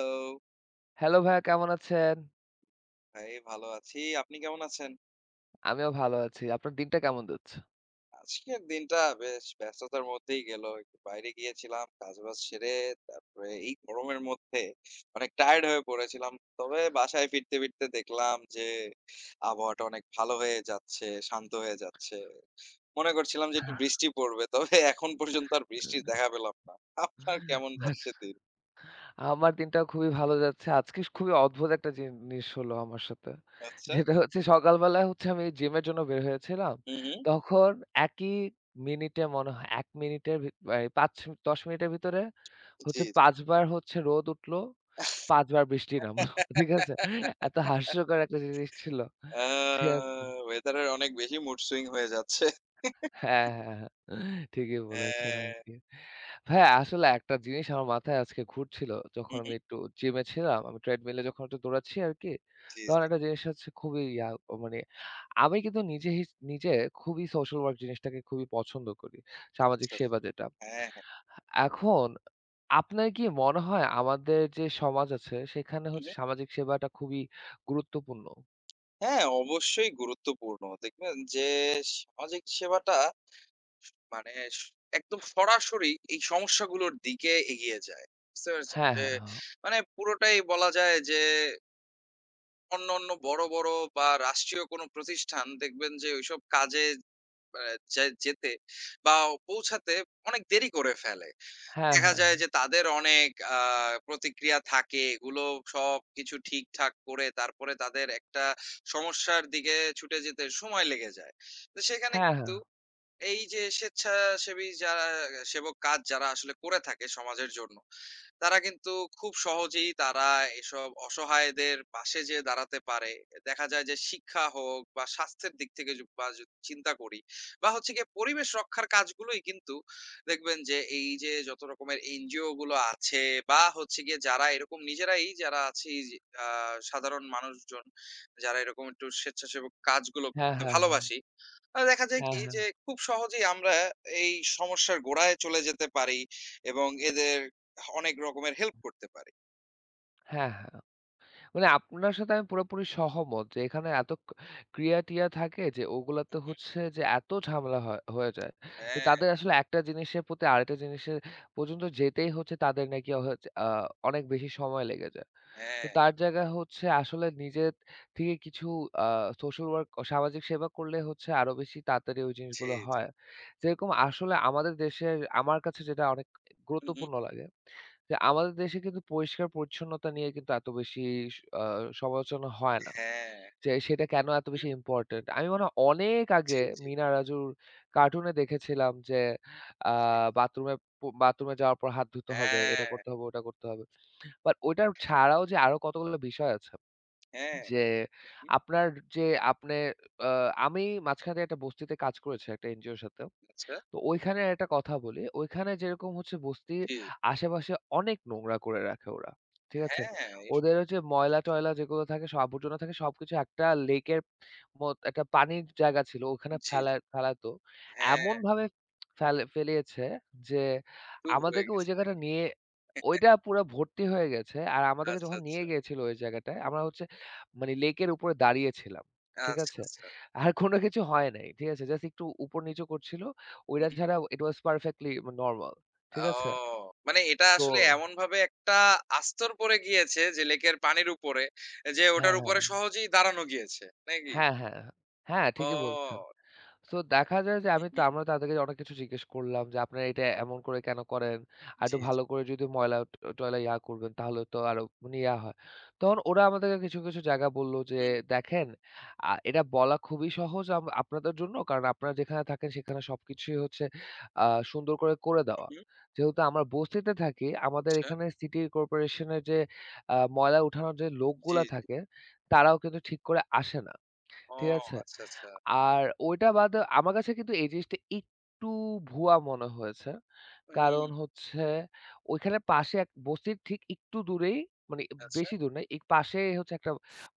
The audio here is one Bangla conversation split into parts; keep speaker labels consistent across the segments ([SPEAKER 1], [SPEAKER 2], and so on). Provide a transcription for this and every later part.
[SPEAKER 1] হ্যালো,
[SPEAKER 2] হ্যালো ভাইয়া, কেমন আছেন?
[SPEAKER 1] ভাই ভালো আছি। আপনি কেমন আছেন?
[SPEAKER 2] আমিও ভালো আছি। আপনার দিনটা কেমন যাচ্ছে?
[SPEAKER 1] আজকের দিনটা বেশ ব্যস্ততার মধ্যেই গেল। একটু বাইরে গিয়েছিলাম, কাজ-বাজ সেরে তারপরে এই গরমের মধ্যে অনেক টায়ার্ড হয়ে পড়েছিলাম। তবে বাসায় ফিরতে দেখলাম যে আবহাওয়াটা অনেক ভালো হয়ে যাচ্ছে, শান্ত হয়ে যাচ্ছে। মনে করছিলাম যে একটু বৃষ্টি পড়বে। তবে এখন পর্যন্ত আর বৃষ্টির দেখা পেলাম না। আপনার কেমন
[SPEAKER 2] আস
[SPEAKER 1] যাচ্ছে দিন?
[SPEAKER 2] আমার দিনটা খুবই ভালো যাচ্ছে। আজকে খুবই অদ্ভুত একটা জিনিস হলো আমার সাথে।
[SPEAKER 1] আচ্ছা।
[SPEAKER 2] যেটা হচ্ছে, সকালবেলায় হচ্ছে আমি জিমের জন্য বের হয়েছিলাম।
[SPEAKER 1] হু, হু।
[SPEAKER 2] তখন একই মিনিটে মনে হয় ১ মিনিটের ভি এই ৫-১০ মিনিটের ভিতরে
[SPEAKER 1] জি,
[SPEAKER 2] হচ্ছে
[SPEAKER 1] জি।
[SPEAKER 2] ৫ বার হচ্ছে রোদ উঠলো, ৫ বার বৃষ্টি নামলো। ঠিক আছে? এত হাস্যকর একটা জিনিস ছিল।
[SPEAKER 1] আ
[SPEAKER 2] ঠিক আছে?
[SPEAKER 1] ওয়েদারের অনেক বেশি মুড সুইং হয়ে যাচ্ছে।
[SPEAKER 2] হ্যাঁ, হ্যাঁ, হ্যাঁ। ঠিকই বলেছেন
[SPEAKER 1] হ্যাঁ।
[SPEAKER 2] আরকি। ভাইয়া, আসলে একটা জিনিস আমার মাথায় আজকে ঘুরছিল। যখন আমি একটু জিমে ছিলাম, আমি ট্রেডমিলে যখন একটু দৌড়াচ্ছি আরকি,
[SPEAKER 1] জি,
[SPEAKER 2] তখন
[SPEAKER 1] জি।
[SPEAKER 2] একটা জিনিস হচ্ছে খুবই ইয়া, মানে আমি কিন্তু নিজে খুবই সোশ্যাল ওয়ার্ক জিনিসটাকে খুবই পছন্দ করি। সামাজিক
[SPEAKER 1] আচ্ছা, আচ্ছা।
[SPEAKER 2] সেবা যেটা।
[SPEAKER 1] হ্যাঁ, হ্যাঁ।
[SPEAKER 2] এখন আপনার কি মনে হয় আমাদের যে সমাজ আছে সেখানে
[SPEAKER 1] হু, হু।
[SPEAKER 2] হচ্ছে সামাজিক সেবাটা খুবই গুরুত্বপূর্ণ?
[SPEAKER 1] হ্যাঁ, অবশ্যই গুরুত্বপূর্ণ। দেখবেন যে সামাজিক সেবাটা মানে স একদম সরাসরি এই সমস্যাগুলোর দিকে এগিয়ে যায়। বুঝতে পেরেছেন?
[SPEAKER 2] হ্যাঁ,
[SPEAKER 1] যে
[SPEAKER 2] হ্যাঁ,
[SPEAKER 1] মানে পুরোটাই বলা যায় যে অন্যান্য বড়, বড় বা রাষ্ট্রীয় কোনো প্রতিষ্ঠান দেখবেন যে ঐসব কাজে আ যেতে বা পৌঁছাতে অনেক দেরি করে ফেলে।
[SPEAKER 2] হ্যাঁ।
[SPEAKER 1] দেখা যায় যে তাদের অনেক আ প্রতিক্রিয়া থাকে। এগুলো সবকিছু ঠিকঠাক করে তারপরে তাদের একটা সমস্যার দিকে ছুটে যেতে সময় লেগে যায়। তো সেখানে
[SPEAKER 2] হ্যাঁ, হ্যাঁ,
[SPEAKER 1] কিন্তু
[SPEAKER 2] হ্যাঁ।
[SPEAKER 1] এই যে স্বেচ্ছাসেবী যারা সেবক কাজ যারা আসলে করে থাকে সমাজের জন্য তারা কিন্তু খুব সহজেই তারা এসব অসহায়দের পাশে যেয়ে দাঁড়াতে পারে। দেখা যায় যে শিক্ষা হোক বা স্বাস্থ্যের দিক থেকে য বা যদি চিন্তা করি বা হচ্ছে গিয়ে পরিবেশ রক্ষার কাজগুলোই কিন্তু দেখবেন যে এই যে যত রকমের এনজিও গুলো আছে বা হচ্ছে গিয়ে যারা এরকম নিজেরাই যারা আছি আ সাধারণ মানুষজন যারা এরকম একটু স্বেচ্ছাসেবক কাজগুলো
[SPEAKER 2] হ্যাঁ, হ্যাঁ।
[SPEAKER 1] করতে
[SPEAKER 2] হ্যাঁ, হ্যাঁ, হ্যাঁ।
[SPEAKER 1] ভালোবাসি আর দেখা যায়
[SPEAKER 2] হ্যাঁ,
[SPEAKER 1] কি
[SPEAKER 2] হ্যাঁ।
[SPEAKER 1] যে খুব সহজেই আমরা এই সমস্যার গোড়ায় চলে যেতে পারি এবং এদের অনেক রকমের হেল্প করতে পারি।
[SPEAKER 2] হ্যাঁ, হ্যাঁ। মানে, আপনার সাথে আমি পুরোপুরি সহমত যে এখানে এত ক্রিয়া-টিয়া থাকে যে ওগুলাতে
[SPEAKER 1] হুম,
[SPEAKER 2] হচ্ছে যে এত ঝামেলা হয়ে যায়। যে
[SPEAKER 1] হ্যাঁ,
[SPEAKER 2] তাদের আসলে একটা জিনিসের প্রতি আরেকটা জিনিসের পর্যন্ত যেতেই হচ্ছে, তাদের নাকি অ হচ্ছে আ অনেক বেশি সময় লেগে যায়। তো
[SPEAKER 1] হ্যাঁ।
[SPEAKER 2] তার জায়গায় হচ্ছে আসলে নিজের থেকে কিছু আ সোশ্যাল ওয়ার্ক, সামাজিক সেবা করলে হচ্ছে আরো বেশি তাড়াতাড়ি ওই
[SPEAKER 1] জি,
[SPEAKER 2] জিনিসগুলো
[SPEAKER 1] জি।
[SPEAKER 2] হয়। যেরকম আসলে আমাদের দেশের, আমার কাছে যেটা অনেক
[SPEAKER 1] হুম, হুম।
[SPEAKER 2] গুরুত্বপূর্ণ লাগে, যে আমাদের দেশে কিন্তু পরিষ্কার-পরিচ্ছন্নতা নিয়ে কিন্তু এত বেশি স আ সমালোচনা হয় না।
[SPEAKER 1] হ্যাঁ।
[SPEAKER 2] যে সেটা কেন এত বেশি
[SPEAKER 1] হুম।
[SPEAKER 2] ইম্পোর্টেন্ট? আমি মনে হয় অনেক আগে
[SPEAKER 1] জি, জি,
[SPEAKER 2] মিনা রাজুর কার্টুনে দেখেছিলাম যে আ
[SPEAKER 1] জি।
[SPEAKER 2] বাথরুমে, বাথরুমে যাওয়ার পর হাত ধুতে হবে, এটা
[SPEAKER 1] হ্যাঁ,
[SPEAKER 2] করতে হবে, ওটা করতে হবে। বাট ওইটা ছাড়াও যে আরো কতগুলো বিষয় আছে
[SPEAKER 1] হ্যাঁ।
[SPEAKER 2] যে।
[SPEAKER 1] হুম।
[SPEAKER 2] আপনার যে আপনে আ আমি মাঝখানে একটা বস্তিতে কাজ করেছি একটা এনজিওর সাথে।
[SPEAKER 1] আচ্ছা।
[SPEAKER 2] তো ওইখানে একটা কথা বলি। ওইখানে যেরকম হচ্ছে বস্তির
[SPEAKER 1] জি।
[SPEAKER 2] আশেপাশে অনেক নোংরা করে রাখে ওরা। ঠিক আছে?
[SPEAKER 1] হ্যাঁ,
[SPEAKER 2] ওদের হচ্ছে ময়লা-টয়লা যেগুলো থাকে, সব আবর্জনা থাকে, সবকিছু একটা লেকের মত একটা পানির জায়গা ছিল, ওখানে
[SPEAKER 1] জি, জি।
[SPEAKER 2] ফেলাতো।
[SPEAKER 1] হ্যাঁ,
[SPEAKER 2] এমনভাবে ফেলিয়েছে যে
[SPEAKER 1] খুব হয়ে
[SPEAKER 2] আমাদেরকে ওই
[SPEAKER 1] গেছে
[SPEAKER 2] জায়গাটা
[SPEAKER 1] নাকি?
[SPEAKER 2] নিয়ে ওইটা পুরা ভর্তি হয়ে গেছে। আর আমাদেরকে
[SPEAKER 1] আচ্ছা,
[SPEAKER 2] যখন নিয়ে
[SPEAKER 1] আচ্ছা।
[SPEAKER 2] গিয়েছিল ওই জায়গাটায়,
[SPEAKER 1] হুম।
[SPEAKER 2] আমরা হচ্ছে, মানে, লেকের উপরে দাঁড়িয়ে ছিলাম। ঠিক
[SPEAKER 1] আচ্ছা,
[SPEAKER 2] আছে?
[SPEAKER 1] আচ্ছা।
[SPEAKER 2] আর কোনো কিছু হয় নাই। ঠিক আছে? জাস্ট একটু উপর-নিচু করছিল। ওইটা ছাড়া ইট ওয়াজ পারফেক্টলি নরমাল। ঠিক
[SPEAKER 1] ও!
[SPEAKER 2] আছে?
[SPEAKER 1] মানে এটা
[SPEAKER 2] তো
[SPEAKER 1] আসলে এমনভাবে একটা আস্তর পড়ে গিয়েছে যে লেকের পানির উপরে যে
[SPEAKER 2] হ্যাঁ,
[SPEAKER 1] ওটার
[SPEAKER 2] হ্যাঁ।
[SPEAKER 1] উপরে সহজেই দাঁড়ানো গিয়েছে, নাকি?
[SPEAKER 2] হ্যাঁ, হ্যাঁ। হ্যাঁ, হ্যাঁ, ঠিকই বলছেন।
[SPEAKER 1] ও!
[SPEAKER 2] সো দেখা যায় যে
[SPEAKER 1] হু,
[SPEAKER 2] আমি তো,
[SPEAKER 1] হু।
[SPEAKER 2] আমরা তাদেরকে অনেক কিছু জিজ্ঞেস করলাম যে, "আপনারা এটা এমন করে কেন করেন? আরেকটু
[SPEAKER 1] জি, জি।
[SPEAKER 2] ভালো করে যদি ময়লা টয়লা ইয়া করবেন, তাহলে তো আরো মানে ইয়া হয়।" তখন ওরা আমাদেরকে কিছু, কিছু জায়গা বলল যে,
[SPEAKER 1] হুম,
[SPEAKER 2] "দেখেন, এটা বলা খুবই সহজ আপনাদের জন্য। কারণ আপনারা যেখানে থাকেন সেখানে সবকিছুই হচ্ছে আ সুন্দর করে
[SPEAKER 1] হুম,
[SPEAKER 2] দেওয়া।
[SPEAKER 1] হুম।
[SPEAKER 2] যেহেতু আমরা বস্তিতে থাকি, আমাদের
[SPEAKER 1] আচ্ছা।
[SPEAKER 2] এখানে সিটি কর্পোরেশনের যে ময়লা উঠানোর যে
[SPEAKER 1] জি,
[SPEAKER 2] লোকগুলা
[SPEAKER 1] জি।
[SPEAKER 2] থাকে, তারাও কিন্তু ঠিক করে আসে না।
[SPEAKER 1] ও
[SPEAKER 2] ঠিক আছে?"
[SPEAKER 1] আচ্ছা, আচ্ছা।
[SPEAKER 2] আর ওইটা বাদে আমার কাছে কিন্তু এই জিনিসটা একটু ভুয়া মনে হয়েছে। কারণ
[SPEAKER 1] হুম,
[SPEAKER 2] হচ্ছে ওইখানে পাশে এক বস্তির ঠিক একটু দূরেই, মানে
[SPEAKER 1] আচ্ছা।
[SPEAKER 2] বেশি দূর না, এই পাশে হচ্ছে একটা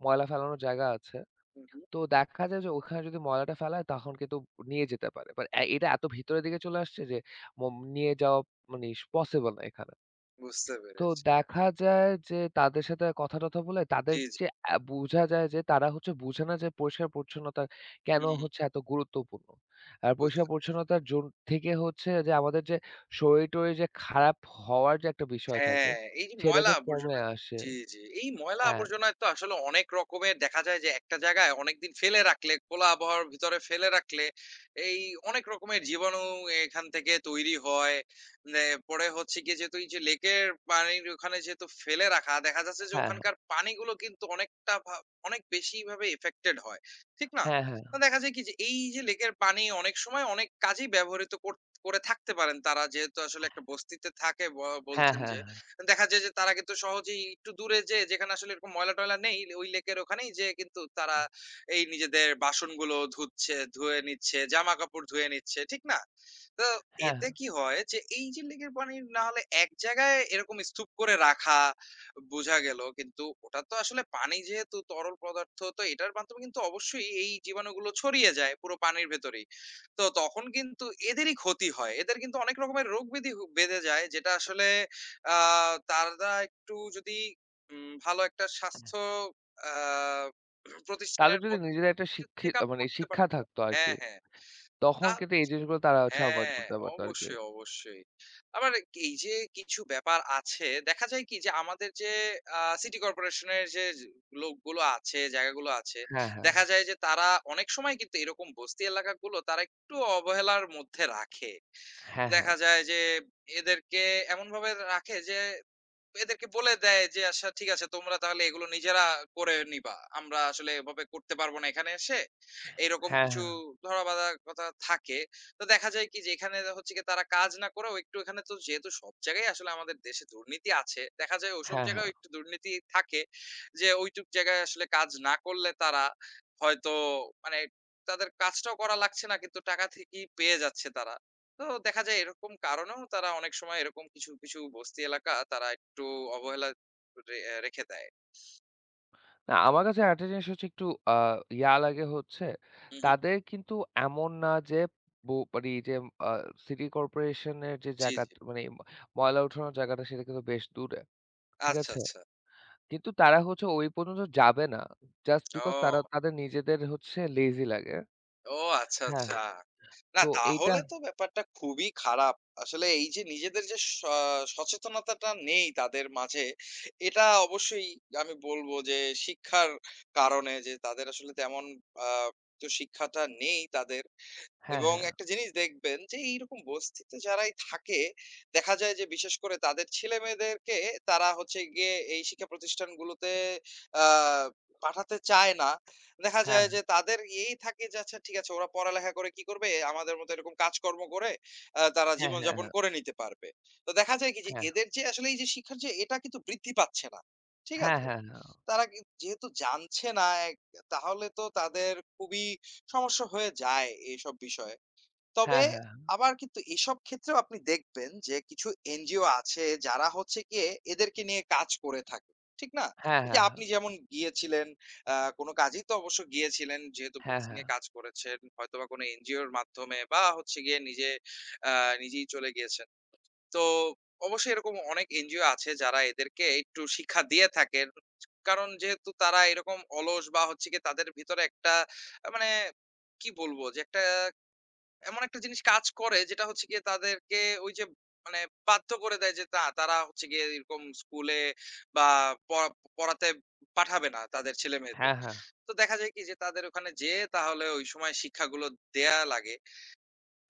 [SPEAKER 2] ময়লা ফেলানোর জায়গা আছে।
[SPEAKER 1] হু, হু।
[SPEAKER 2] তো দেখা যায় যে ওখানে যদি ময়লাটা ফেলায় তখন কিন্তু নিয়ে যেতে পারে। বাট এটা এত ভিতরের দিকে চলে আসছে যে ম নিয়ে যাওয়া, মানে, পসিবল না এখানে।
[SPEAKER 1] বুঝতে
[SPEAKER 2] তো
[SPEAKER 1] পেরেছি।
[SPEAKER 2] দেখা যায় যে তাদের সাথে কথা-টথা বলে তাদের
[SPEAKER 1] জি, জি।
[SPEAKER 2] যে বুঝা যায় যে তারা হচ্ছে বুঝে না যে পরিষ্কার-পরিচ্ছন্নতা কেন
[SPEAKER 1] হুম,
[SPEAKER 2] হচ্ছে এত গুরুত্বপূর্ণ। আর
[SPEAKER 1] বুঝতে পেরেছি।
[SPEAKER 2] পরিষ্কার-পরিচ্ছন্নতার জোন থেকে হচ্ছে যে আমাদের যে শরীর-টরীর যে খারাপ হওয়ার যে একটা বিষয় থাকে,
[SPEAKER 1] হ্যাঁ, এই যে
[SPEAKER 2] সেটা
[SPEAKER 1] ময়লা
[SPEAKER 2] যে কমে
[SPEAKER 1] আবর্জনা
[SPEAKER 2] আসে।
[SPEAKER 1] জি, জি। এই ময়লা
[SPEAKER 2] হ্যাঁ,
[SPEAKER 1] আবর্জনায় তো আসলে অনেক রকমের দেখা যায় যে একটা জায়গায় অনেকদিন ফেলে রাখলে, খোলা আবহাওয়ার ভিতরে ফেলে রাখলে এই অনেক রকমের জীবাণু এখান থেকে তৈরি হয়। নে পরে হচ্ছে গিয়ে যেহেতু এই যে লেকের পানির ওখানে যেহেতু ফেলে রাখা, দেখা যাচ্ছে যে
[SPEAKER 2] হ্যাঁ,
[SPEAKER 1] ওখানকার পানিগুলো কিন্তু অনেকটা অনেক বেশিভাবে এফেক্টেড হয়। ঠিক না?
[SPEAKER 2] হ্যাঁ, হ্যাঁ,
[SPEAKER 1] তো দেখা যায় কি যে এই যে লেকের পানি অনেক সময় অনেক কাজেই ব্যবহৃত করে থাকতে পারেন তারা যেহেতু আসলে একটা বস্তিতে থাকে
[SPEAKER 2] হ্যাঁ,
[SPEAKER 1] বলছেন
[SPEAKER 2] হ্যাঁ,
[SPEAKER 1] যে।
[SPEAKER 2] হ্যাঁ,
[SPEAKER 1] দেখা যায় যে তারা কিন্তু সহজেই একটু দূরে যেয়ে যেখানে আসলে এরকম ময়লা-টয়লা নেই, ওই লেকের ওখানেই যেয়ে কিন্তু তারা এই নিজেদের বাসনগুলো ধুচ্ছে, ধুয়ে নিচ্ছে, জামাকাপড় ধুয়ে নিচ্ছে, ঠিক না? তো
[SPEAKER 2] হ্যাঁ, হ্যাঁ।
[SPEAKER 1] এতে
[SPEAKER 2] হ্যাঁ,
[SPEAKER 1] কি হয় যে এই যে লেকের পানি না হলে এক জায়গায় এরকম স্তূপ করে রাখা বোঝা গেল। কিন্তু ওটা তো আসলে পানি যেহেতু তরল পদার্থ তো এটার মাধ্যমে কিন্তু অবশ্যই এই জীবাণুগুলো ছড়িয়ে যায় পুরো পানির ভেতরেই। তো তখন কিন্তু এদেরই ক্ষতি হয়। এদের কিন্তু অনেক রকমের রোগ ব্যাধি বেঁধে যায় যেটা আসলে আ তারা একটু যদি ভালো একটা
[SPEAKER 2] হ্যাঁ।
[SPEAKER 1] স্বাস্থ্য আ
[SPEAKER 2] তাদের
[SPEAKER 1] প্রতিষ্ঠানের
[SPEAKER 2] যদি
[SPEAKER 1] মধ্যে
[SPEAKER 2] নিজেদের একটা
[SPEAKER 1] চেকআপ
[SPEAKER 2] মানে,
[SPEAKER 1] করতে
[SPEAKER 2] শিক্ষা
[SPEAKER 1] পারত
[SPEAKER 2] থাকতো আরকি,
[SPEAKER 1] হ্যাঁ, হ্যাঁ।
[SPEAKER 2] তখন
[SPEAKER 1] তা
[SPEAKER 2] কিন্তু এই জিনিসগুলো তারা হচ্ছে এভয়েড
[SPEAKER 1] হ্যাঁ,
[SPEAKER 2] করতে পারতো আরকি।
[SPEAKER 1] অবশ্যই, অবশ্যই। আবার এই যে কিছু ব্যাপার আছে, দেখা যায় কি যে আমাদের যে সিটি কর্পোরেশনের যে লোকগুলো আছে, জায়গাগুলো আছে,
[SPEAKER 2] হ্যাঁ, হ্যাঁ,
[SPEAKER 1] দেখা যায় যে তারা অনেক সময় কিন্তু এরকম বস্তি এলাকাগুলো তারা একটু অবহেলার মধ্যে রাখে।
[SPEAKER 2] হ্যাঁ, হ্যাঁ,
[SPEAKER 1] দেখা যায় যে এদেরকে এমনভাবে রাখে যে এদেরকে বলে দেয় যে, "আচ্ছা ঠিক আছে তোমরা তাহলে এগুলো নিজেরা করে নিবা। আমরা আসলে এভাবে করতে পারব না এখানে এসে।" এইরকম
[SPEAKER 2] হ্যাঁ,
[SPEAKER 1] কিছু
[SPEAKER 2] হ্যাঁ,
[SPEAKER 1] ধরাবাঁধা কথা থাকে। তো দেখা যায় কি যে এখানে হচ্ছে গিয়ে তারা কাজ না করেও একটু এখানে তো যেহেতু সব জায়গায় আসলে আমাদের দেশে দুর্নীতি আছে। দেখা যায় ওসব
[SPEAKER 2] হ্যাঁ, হ্যাঁ।
[SPEAKER 1] জায়গায়ও একটু দুর্নীতি থাকে। যে ওইটুক জায়গায় আসলে কাজ না করলে তারা হয়তো মানে তাদের কাজটাও করা লাগছে না কিন্তু টাকা থেকেই পেয়ে যাচ্ছে তারা। তো দেখা যায় এরকম কারণেও তারা অনেক সময় এরকম কিছু, কিছু বস্তি এলাকা তারা একটু অবহেলা রে রেখে দেয়।
[SPEAKER 2] না, আমার কাছে আরেকটা জিনিস হচ্ছে একটু আ ইয়া লাগে হচ্ছে,
[SPEAKER 1] হু, হু।
[SPEAKER 2] তাদের কিন্তু এমন না যে মানে এই যে আ সিটি কর্পোরেশনের যে
[SPEAKER 1] জি,
[SPEAKER 2] জায়গা,
[SPEAKER 1] জি।
[SPEAKER 2] মানে এই ময়লা উঠানোর জায়গাটা সেটা কিন্তু বেশ দূরে। ঠিক
[SPEAKER 1] আচ্ছা,
[SPEAKER 2] আছে?
[SPEAKER 1] আচ্ছা।
[SPEAKER 2] কিন্তু তারা হচ্ছে ওই পর্যন্ত যাবে না। জাস্ট বিকজ তারা,
[SPEAKER 1] ও,
[SPEAKER 2] তাদের নিজেদের হচ্ছে লেজি লাগে।
[SPEAKER 1] ও আচ্ছা,
[SPEAKER 2] হ্যাঁ,
[SPEAKER 1] আচ্ছা। না
[SPEAKER 2] তো এইটা
[SPEAKER 1] তাহলে তো ব্যাপারটা খুবই খারাপ। আসলে এই যে নিজেদের যে স সচেতনতাটা নেই তাদের মাঝে, এটা অবশ্যই আমি বলব যে শিক্ষার কারণে যে তাদের আসলে তেমন আ তো শিক্ষাটা নেই তাদের।
[SPEAKER 2] হ্যাঁ,
[SPEAKER 1] এবং
[SPEAKER 2] হ্যাঁ।
[SPEAKER 1] একটা জিনিস দেখবেন যে এইরকম বস্তিতে যারাই থাকে দেখা যায় যে বিশেষ করে তাদের ছেলেমেয়েদেরকে তারা হচ্ছে গিয়ে এই শিক্ষা প্রতিষ্ঠানগুলোতে আহ পাঠাতে চায় না দেখা
[SPEAKER 2] হ্যাঁ,
[SPEAKER 1] যায় যে তাদের এই থাকে যে আচ্ছা ঠিক আছে ওরা পড়ালেখা করে কি করবে আমাদের মতো এরকম কাজকর্ম করে আহ, তারা
[SPEAKER 2] হ্যাঁ, হ্যাঁ,
[SPEAKER 1] জীবনযাপন
[SPEAKER 2] হ্যাঁ,
[SPEAKER 1] করে নিতে পারবে তো দেখা যায় কি যে এদের যে আসলে এই যে শিক্ষার যে এটা কিন্তু বৃদ্ধি পাচ্ছে না ঠিক
[SPEAKER 2] হ্যাঁ,
[SPEAKER 1] আছে
[SPEAKER 2] হ্যাঁ,
[SPEAKER 1] তারা যেহেতু জানছে না তাহলে তো তাদের খুবই সমস্যা হয়ে যায় এইসব বিষয়ে তবে
[SPEAKER 2] হ্যাঁ, হ্যাঁ, হ্যাঁ,
[SPEAKER 1] আবার কিন্তু এসব ক্ষেত্রেও আপনি দেখবেন যে কিছু এনজিও আছে যারা হচ্ছে গিয়ে এদেরকে নিয়ে কাজ করে থাকে। ঠিক না?
[SPEAKER 2] হ্যাঁ,
[SPEAKER 1] এই
[SPEAKER 2] হ্যাঁ,
[SPEAKER 1] যে আপনি যেমন গিয়েছিলেন আ কোনো কাজেই তো অবশ্য গিয়েছিলেন যেহেতু
[SPEAKER 2] হ্যাঁ,
[SPEAKER 1] বক্সিং নিয়ে কাজ করেছেন হয়তোবা কোনো এনজিওর মাধ্যমে বা হচ্ছে গিয়ে নিজে আ নিজেই চলে গিয়েছেন। তো অবশ্যই এরকম অনেক এনজিও আছে যারা এদেরকে একটু শিক্ষা দিয়ে থাকেন। কারণ যেহেতু তারা এরকম অলস বা হচ্ছে গিয়ে তাদের ভিতরে একটা মানে কি বলবো যে একটা এমন একটা জিনিস কাজ করে যেটা হচ্ছে গিয়ে তাদেরকে ওই যে মানে বাধ্য করে দেয় যে না তারা হচ্ছে গিয়ে এরকম স্কুলে বা পড়া- পড়াতে পাঠাবে না তাদের ছেলে মেয়েদের
[SPEAKER 2] হ্যাঁ,
[SPEAKER 1] তো দেখা যায় কি যে তাদের ওখানে যে তাহলে ওই সময় শিক্ষাগুলো দেয়া লাগে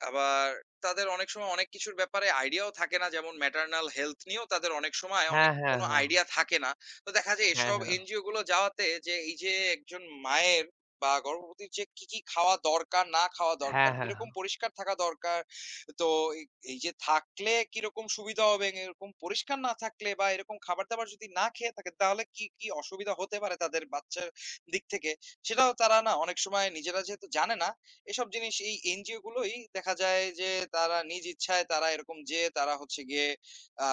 [SPEAKER 1] আবার তাদের অনেক সময় অনেক কিছুর ব্যাপারে আইডিয়াও থাকে না। যেমন ম্যাটারনাল হেলথ নিয়েও তাদের অনেক সময়
[SPEAKER 2] হ্যাঁ,
[SPEAKER 1] অনেক
[SPEAKER 2] হ্যাঁ,
[SPEAKER 1] কোনো
[SPEAKER 2] হ্যাঁ, হ্যাঁ,
[SPEAKER 1] আইডিয়া থাকে না। তো দেখা যায়
[SPEAKER 2] হ্যাঁ, হ্যাঁ,
[SPEAKER 1] এসব
[SPEAKER 2] হ্যাঁ, হ্যাঁ,
[SPEAKER 1] এনজিও গুলো যাওয়াতে যে এই যে একজন মায়ের বা গর্ভবতীর যে কি, কি খাওয়া দরকার, না খাওয়া
[SPEAKER 2] হ্যাঁ,
[SPEAKER 1] দরকার,
[SPEAKER 2] হ্যাঁ,
[SPEAKER 1] কিরকম পরিষ্কার থাকা দরকার। তো এই এই যে থাকলে কিরকম সুবিধা হবে, এরকম পরিষ্কার না থাকলে বা এরকম খাবার-দাবার যদি না খেয়ে থাকে তাহলে কি, কি অসুবিধা হতে পারে তাদের বাচ্চার দিক থেকে। সেটাও তারা না অনেক সময় নিজেরা যেহেতু জানে না এসব জিনিস এই এনজিও গুলোই দেখা যায় যে তারা নিজ ইচ্ছায় তারা এরকম যেয়ে তারা হচ্ছে গিয়ে আ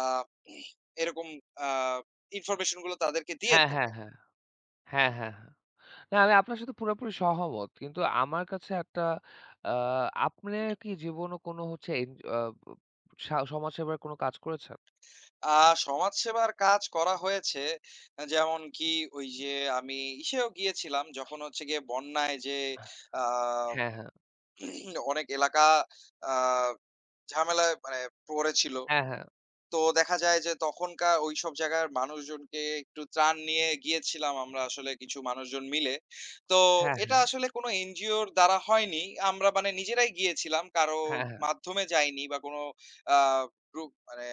[SPEAKER 1] এরকম আ ইনফরমেশন গুলো তাদেরকে দিয়ে
[SPEAKER 2] হ্যাঁ, হ্যাঁ,
[SPEAKER 1] থাকে।
[SPEAKER 2] হ্যাঁ, হ্যাঁ, হ্যাঁ। না, আমি আপনার সাথে পুরোপুরি সহমত। কিন্তু আমার কাছে একটা, আ আপনে কি জীবনে কোনো হচ্ছে এন আ সা সমাজসেবার কোনো কাজ করেছেন?
[SPEAKER 1] আ সমাজসেবার কাজ করা হয়েছে যেমন কি ওই যে আমি ইসেও গিয়েছিলাম যখন হচ্ছে গিয়ে বন্যায় যে আ
[SPEAKER 2] হ্যাঁ, হ্যাঁ,
[SPEAKER 1] অনেক এলাকা আ ঝামেলায় মানে পড়েছিল।
[SPEAKER 2] হ্যাঁ, হ্যাঁ,
[SPEAKER 1] তো দেখা যায় যে তখনকার ওইসব জায়গার মানুষজনকে একটু ত্রাণ নিয়ে গিয়েছিলাম আমরা আসলে কিছু মানুষজন মিলে। তো
[SPEAKER 2] হ্যাঁ,
[SPEAKER 1] এটা আসলে কোনো এনজিওর দ্বারা হয়নি। আমরা মানে নিজেরাই গিয়েছিলাম। কারো
[SPEAKER 2] হ্যাঁ, হ্যাঁ,
[SPEAKER 1] মাধ্যমে যাইনি বা কোনো আ গ্রুপ মানে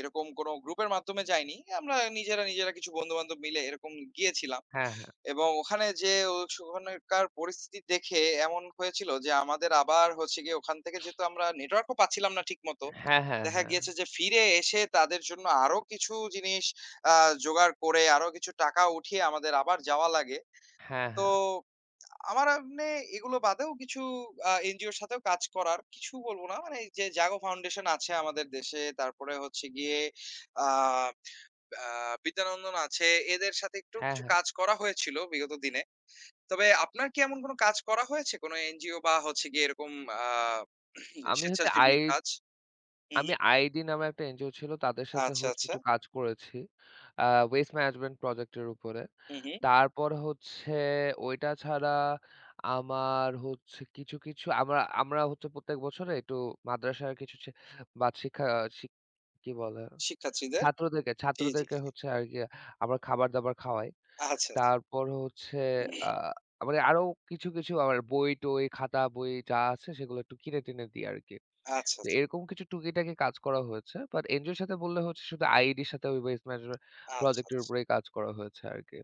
[SPEAKER 1] এরকম কোনো গ্রুপের মাধ্যমে যাইনি। আমরা নিজেরা, নিজেরা কিছু বন্ধু-বান্ধব মিলে এরকম গিয়েছিলাম।
[SPEAKER 2] হ্যাঁ,
[SPEAKER 1] এবং ওখানে যে ও ওখানকার পরিস্থিতি দেখে এমন হয়েছিল যে আমাদের আবার হচ্ছে গিয়ে ওখান থেকে যেহেতু আমরা নেটওয়ার্কও পাচ্ছিলাম না ঠিকমতো,
[SPEAKER 2] হ্যাঁ, হ্যাঁ,
[SPEAKER 1] দেখা
[SPEAKER 2] হ্যাঁ,
[SPEAKER 1] গিয়েছে যে ফিরে এসে তাদের জন্য আরো কিছু জিনিস আ জোগাড় করে আরো কিছু টাকা উঠিয়ে আমাদের আবার যাওয়া লাগে।
[SPEAKER 2] হ্যাঁ,
[SPEAKER 1] তো
[SPEAKER 2] হ্যাঁ।
[SPEAKER 1] আমার এমনি এগুলো বাদেও কিছু এনজিওর সাথেও কাজ করার কিছু বলব না। মানে এই যে জাগো ফাউন্ডেশন আছে আমাদের দেশে। তারপরে হচ্ছে গিয়ে আ আ বিদ্যানন্দন আছে। এদের সাথে একটু
[SPEAKER 2] হ্যাঁ।
[SPEAKER 1] কিছু কাজ করা হয়েছিল বিগত দিনে। তবে আপনার কি এমন কোনো কাজ করা হয়েছে? কোনো এনজিও বা হচ্ছে গিয়ে এরকম আ
[SPEAKER 2] আমি হচ্ছে
[SPEAKER 1] স্বেচ্ছাসেবী
[SPEAKER 2] আই
[SPEAKER 1] কাজ? হুম,
[SPEAKER 2] আমি
[SPEAKER 1] হুম।
[SPEAKER 2] আইডি নামে একটা এনজিও ছিল, তাদের সাথে
[SPEAKER 1] আচ্ছা,
[SPEAKER 2] হচ্ছে
[SPEAKER 1] আচ্ছা।
[SPEAKER 2] একটু কাজ করেছি। আ ওয়েস্ট ম্যানেজমেন্ট প্রজেক্ট এর উপরে।
[SPEAKER 1] হুম, হুম।
[SPEAKER 2] তারপর হচ্ছে ওইটা ছাড়া আমার হচ্ছে কিছু, কিছু, আমরা আমরা হচ্ছে প্রত্যেক বছরে একটু মাদ্রাসার কিছু, ছে বাদ শিক্ষা শিক কি বলে?
[SPEAKER 1] শিক্ষার্থীদের?
[SPEAKER 2] ছাত্রদেরকে
[SPEAKER 1] জি, জি,
[SPEAKER 2] ছাত্রদেরকে
[SPEAKER 1] জি।
[SPEAKER 2] হচ্ছে আরকি, আমরা খাবার-দাবার খাওয়াই।
[SPEAKER 1] আচ্ছা, আচ্ছা।
[SPEAKER 2] তারপর হচ্ছে আ মানে, আরো কিছু, কিছু আবার বই-টই, খাতা-বই যা আছে সেগুলো একটু কিনে-টিনে দিই আরকি।
[SPEAKER 1] আচ্ছা,
[SPEAKER 2] তো
[SPEAKER 1] আচ্ছা।
[SPEAKER 2] এরকম কিছু টুকিটাকি কাজ করা হয়েছে। বাট এনজিওর সাথে বললে হচ্ছে শুধু আইইডির সাথে ওই ওয়েস্ট ম্যানেজমেন্ট
[SPEAKER 1] আচ্ছা,
[SPEAKER 2] প্রজেক্ট এর
[SPEAKER 1] আচ্ছা।
[SPEAKER 2] উপরেই কাজ করা হয়েছে আরকি।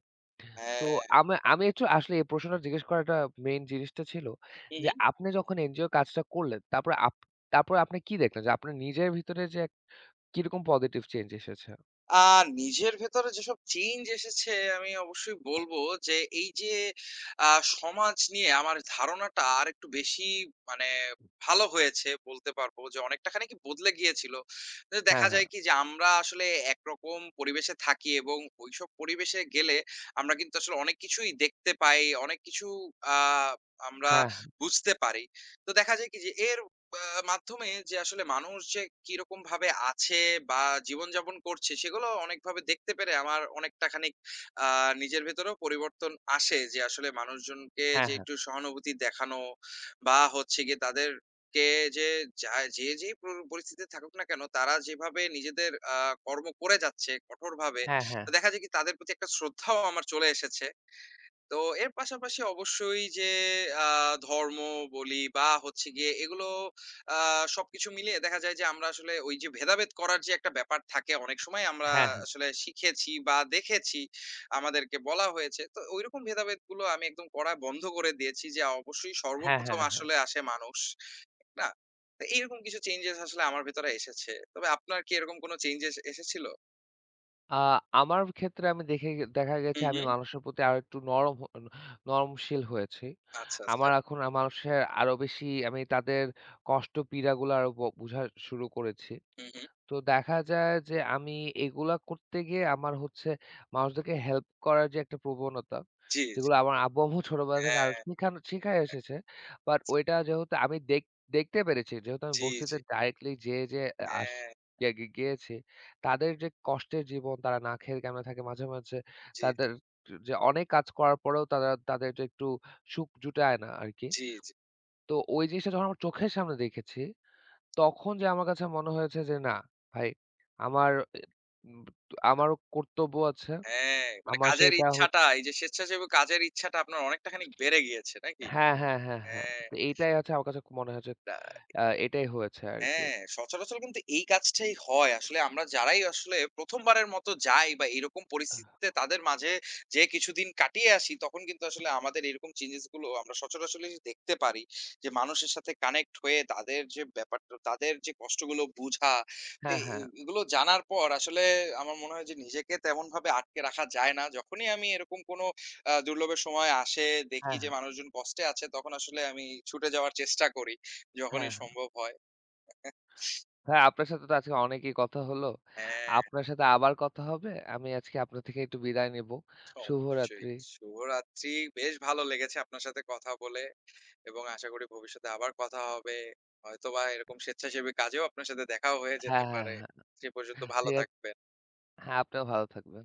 [SPEAKER 2] তো
[SPEAKER 1] হ্যাঁ।
[SPEAKER 2] আমি আমি একটু আসলে এই প্রশ্নটা জিজ্ঞেস করাটা মেইন জিনিসটা ছিল
[SPEAKER 1] হুম,
[SPEAKER 2] যে,
[SPEAKER 1] হুম।
[SPEAKER 2] আপনি যখন এনজিওর কাজটা করলেন, তারপরে আপনি কি দেখলেন? যে আপনার নিজের ভিতরে যে, কিরকম পজিটিভ চেঞ্জ এসেছে?
[SPEAKER 1] আ নিজের ভেতরে যেসব চেঞ্জ এসেছে আমি অবশ্যই বলব যে, এই যে আ সমাজ নিয়ে আমার ধারণাটা আরেকটু বেশি মানে ভালো হয়েছে বলতে পারবো যে, অনেকটা খানিকই বদলে গিয়েছিল। যে
[SPEAKER 2] হ্যাঁ,
[SPEAKER 1] দেখা
[SPEAKER 2] হ্যাঁ,
[SPEAKER 1] যায় কি যে, আমরা আসলে একরকম পরিবেশে থাকি এবং ওইসব পরিবেশে গেলে আমরা কিন্তু আসলে অনেক কিছুই দেখতে পাই, অনেক কিছু আ আমরা
[SPEAKER 2] হ্যাঁ,
[SPEAKER 1] বুঝতে পারি। তো দেখা যায় কি যে, এর বা মাধ্যমে যে আসলে মানুষ যে কিরকম ভাবে আছে বা জীবনযাপন করছে সেগুলো অনেকভাবে দেখতে পেরে আমার অনেকটা খানিক আহ, নিজের ভেতরেও পরিবর্তন আসে যে আসলে মানুষজনকে
[SPEAKER 2] হ্যাঁ,
[SPEAKER 1] যে
[SPEAKER 2] হ্যাঁ,
[SPEAKER 1] একটু সহানুভূতি দেখানো বা হচ্ছে গিয়ে তাদের কে যে যে যে পরিস্থিতিতে থাকুক না কেন তারা যেভাবে নিজেদের আহ, কর্ম করে যাচ্ছে কঠোরভাবে
[SPEAKER 2] হ্যাঁ, হ্যাঁ,
[SPEAKER 1] তো দেখা যায় কি তাদের প্রতি একটা শ্রদ্ধাও আমার চলে এসেছে তো এর পাশাপাশি অবশ্যই যে আহ, ধর্ম বলি বা হচ্ছে গিয়ে এগুলো আহ, সবকিছু মিলিয়ে দেখা যায় যে আমরা আসলে ওই যে ভেদাভেদ করার যে একটা ব্যাপার থাকে অনেক সময় আমরা
[SPEAKER 2] হ্যাঁ, হ্যাঁ, হ্যাঁ, হ্যাঁ।
[SPEAKER 1] আসলে শিখেছি বা দেখেছি আমাদেরকে বলা হয়েছে তো ওইরকম ভেদাভেদ গুলো আমি একদম করা বন্ধ করে দিয়েছি যে অবশ্যই
[SPEAKER 2] হ্যাঁ,
[SPEAKER 1] সর্বপ্রথম
[SPEAKER 2] হ্যাঁ, হ্যাঁ।
[SPEAKER 1] আসলে আসে মানুষ ঠিক না তো এইরকম কিছু চেঞ্জেস আসলে আমার ভেতরে এসেছে তবে আপনার কি এরকম কোনো চেঞ্জেস এসেছিল
[SPEAKER 2] আ আমার ক্ষেত্রে আমি দেখা গেছে
[SPEAKER 1] হুম
[SPEAKER 2] আমি
[SPEAKER 1] হুম
[SPEAKER 2] মানুষের প্রতি আরো একটু নরমশীল হয়েছি।
[SPEAKER 1] আচ্ছা আচ্ছা
[SPEAKER 2] আমার এখন মানুষের আরো বেশি, আমি তাদের কষ্ট পীড়াগুলো আরো বুঝা শুরু করেছি।
[SPEAKER 1] হুম হুম
[SPEAKER 2] তো দেখা যায় যে আমি এগুলা করতে গিয়ে আমার হচ্ছে মানুষদেরকে হেল্প করার যে একটা প্রবণতা,
[SPEAKER 1] জি জি
[SPEAKER 2] যেগুলো আমার আব্বু আম্মু ছোটবেলা থেকে
[SPEAKER 1] হ্যাঁ
[SPEAKER 2] আরো শিখায় এসেছে। বাট ওইটা যেহেতু আমি দেখতে পেরেছি, যেহেতু আমি
[SPEAKER 1] জি
[SPEAKER 2] বস্তিতে
[SPEAKER 1] জি
[SPEAKER 2] ডাইরেক্টলি যেয়ে আ আস
[SPEAKER 1] হ্যাঁ
[SPEAKER 2] গে গে গিয়েছি। তাদের যে কষ্টের জীবন, তারা না খেয়ে কেমনে থাকে মাঝে, মাঝে,
[SPEAKER 1] জি,
[SPEAKER 2] তাদের যে অনেক কাজ করার পরেও তারা তাদের যে একটু সুখ জুটায় না আরকি।
[SPEAKER 1] জি, জি।
[SPEAKER 2] তো ওই জিনিসটা যখন আমার চোখের সামনে দেখেছি, তখন যে আমার কাছে মনে হয়েছে যে, না ভাই, আমার এ উম আমারও কর্তব্য আছে।
[SPEAKER 1] হ্যাঁ, মানে
[SPEAKER 2] আমার
[SPEAKER 1] কাজের
[SPEAKER 2] সেটা হচ
[SPEAKER 1] ইচ্ছাটা এই যে স্বেচ্ছাসেবী কাজের ইচ্ছাটা আপনার অনেকটা খানিক বেড়ে গিয়েছে নাকি?
[SPEAKER 2] হ্যাঁ, হ্যাঁ, হ্যাঁ, হ্যাঁ।
[SPEAKER 1] হ্যাঁ,
[SPEAKER 2] তো এইটাই হচ্ছে আমার কাছে মনে হয়েছে,
[SPEAKER 1] এটা
[SPEAKER 2] এটাই হয়েছে আরকি।
[SPEAKER 1] হ্যাঁ, সচরাচর কিন্তু এই কাজটাই হয়। আসলে আমরা যারাই আসলে ১ম বারের মতো যাই বা এরকম পরিস্থিতিতে তাদের মাঝে যেয়ে কিছুদিন কাটিয়ে আসি, তখন কিন্তু আসলে আমাদের এরকম চেঞ্জেস গুলো আমরা সচরাচরই দেখতে পারি। যে মানুষের সাথে কানেক্ট হয়ে তাদের যে ব্যাপারটা, তাদের যে কষ্টগুলো বুঝা, এ
[SPEAKER 2] হ্যাঁ, হ্যাঁ,
[SPEAKER 1] এগুলো জানার পর আসলে আমার মনে হয় যে নিজেকে তেমনভাবে আটকে রাখা যায় না। যখনই আমি এরকম কোনো দুর্লভের সময় আসে, দেখি
[SPEAKER 2] হ্যাঁ,
[SPEAKER 1] যে
[SPEAKER 2] হ্যাঁ,
[SPEAKER 1] মানুষজন কষ্টে আছে, তখন আসলে আমি ছুটে যাওয়ার চেষ্টা করি,
[SPEAKER 2] হ্যাঁ,
[SPEAKER 1] যখনই
[SPEAKER 2] হ্যাঁ।
[SPEAKER 1] সম্ভব হয়।
[SPEAKER 2] ভাই, আপনার সাথে তো আজকে অনেকই কথা হলো।
[SPEAKER 1] হ্যাঁ,
[SPEAKER 2] আপনার সাথে আবার কথা হবে। আমি আজকে আপনার থেকে একটু বিদায় নেব।
[SPEAKER 1] অবশ্যই।
[SPEAKER 2] শুভরাত্রি।
[SPEAKER 1] শুভরাত্রি। বেশ ভালো লেগেছে আপনার সাথে কথা বলে এবং আশা করি ভবিষ্যতে আবার কথা হবে। হয়তোবা এরকম স্বেচ্ছাসেবী কাজেও আপনার সাথে দেখাও হয়ে যেতে
[SPEAKER 2] হ্যাঁ, হ্যাঁ,
[SPEAKER 1] পারে। সে পর্যন্ত
[SPEAKER 2] হ্যাঁ।
[SPEAKER 1] ভালো
[SPEAKER 2] ঠিক আছে।
[SPEAKER 1] থাকবেন।
[SPEAKER 2] হ্যাঁ, আপনিও ভালো থাকবেন।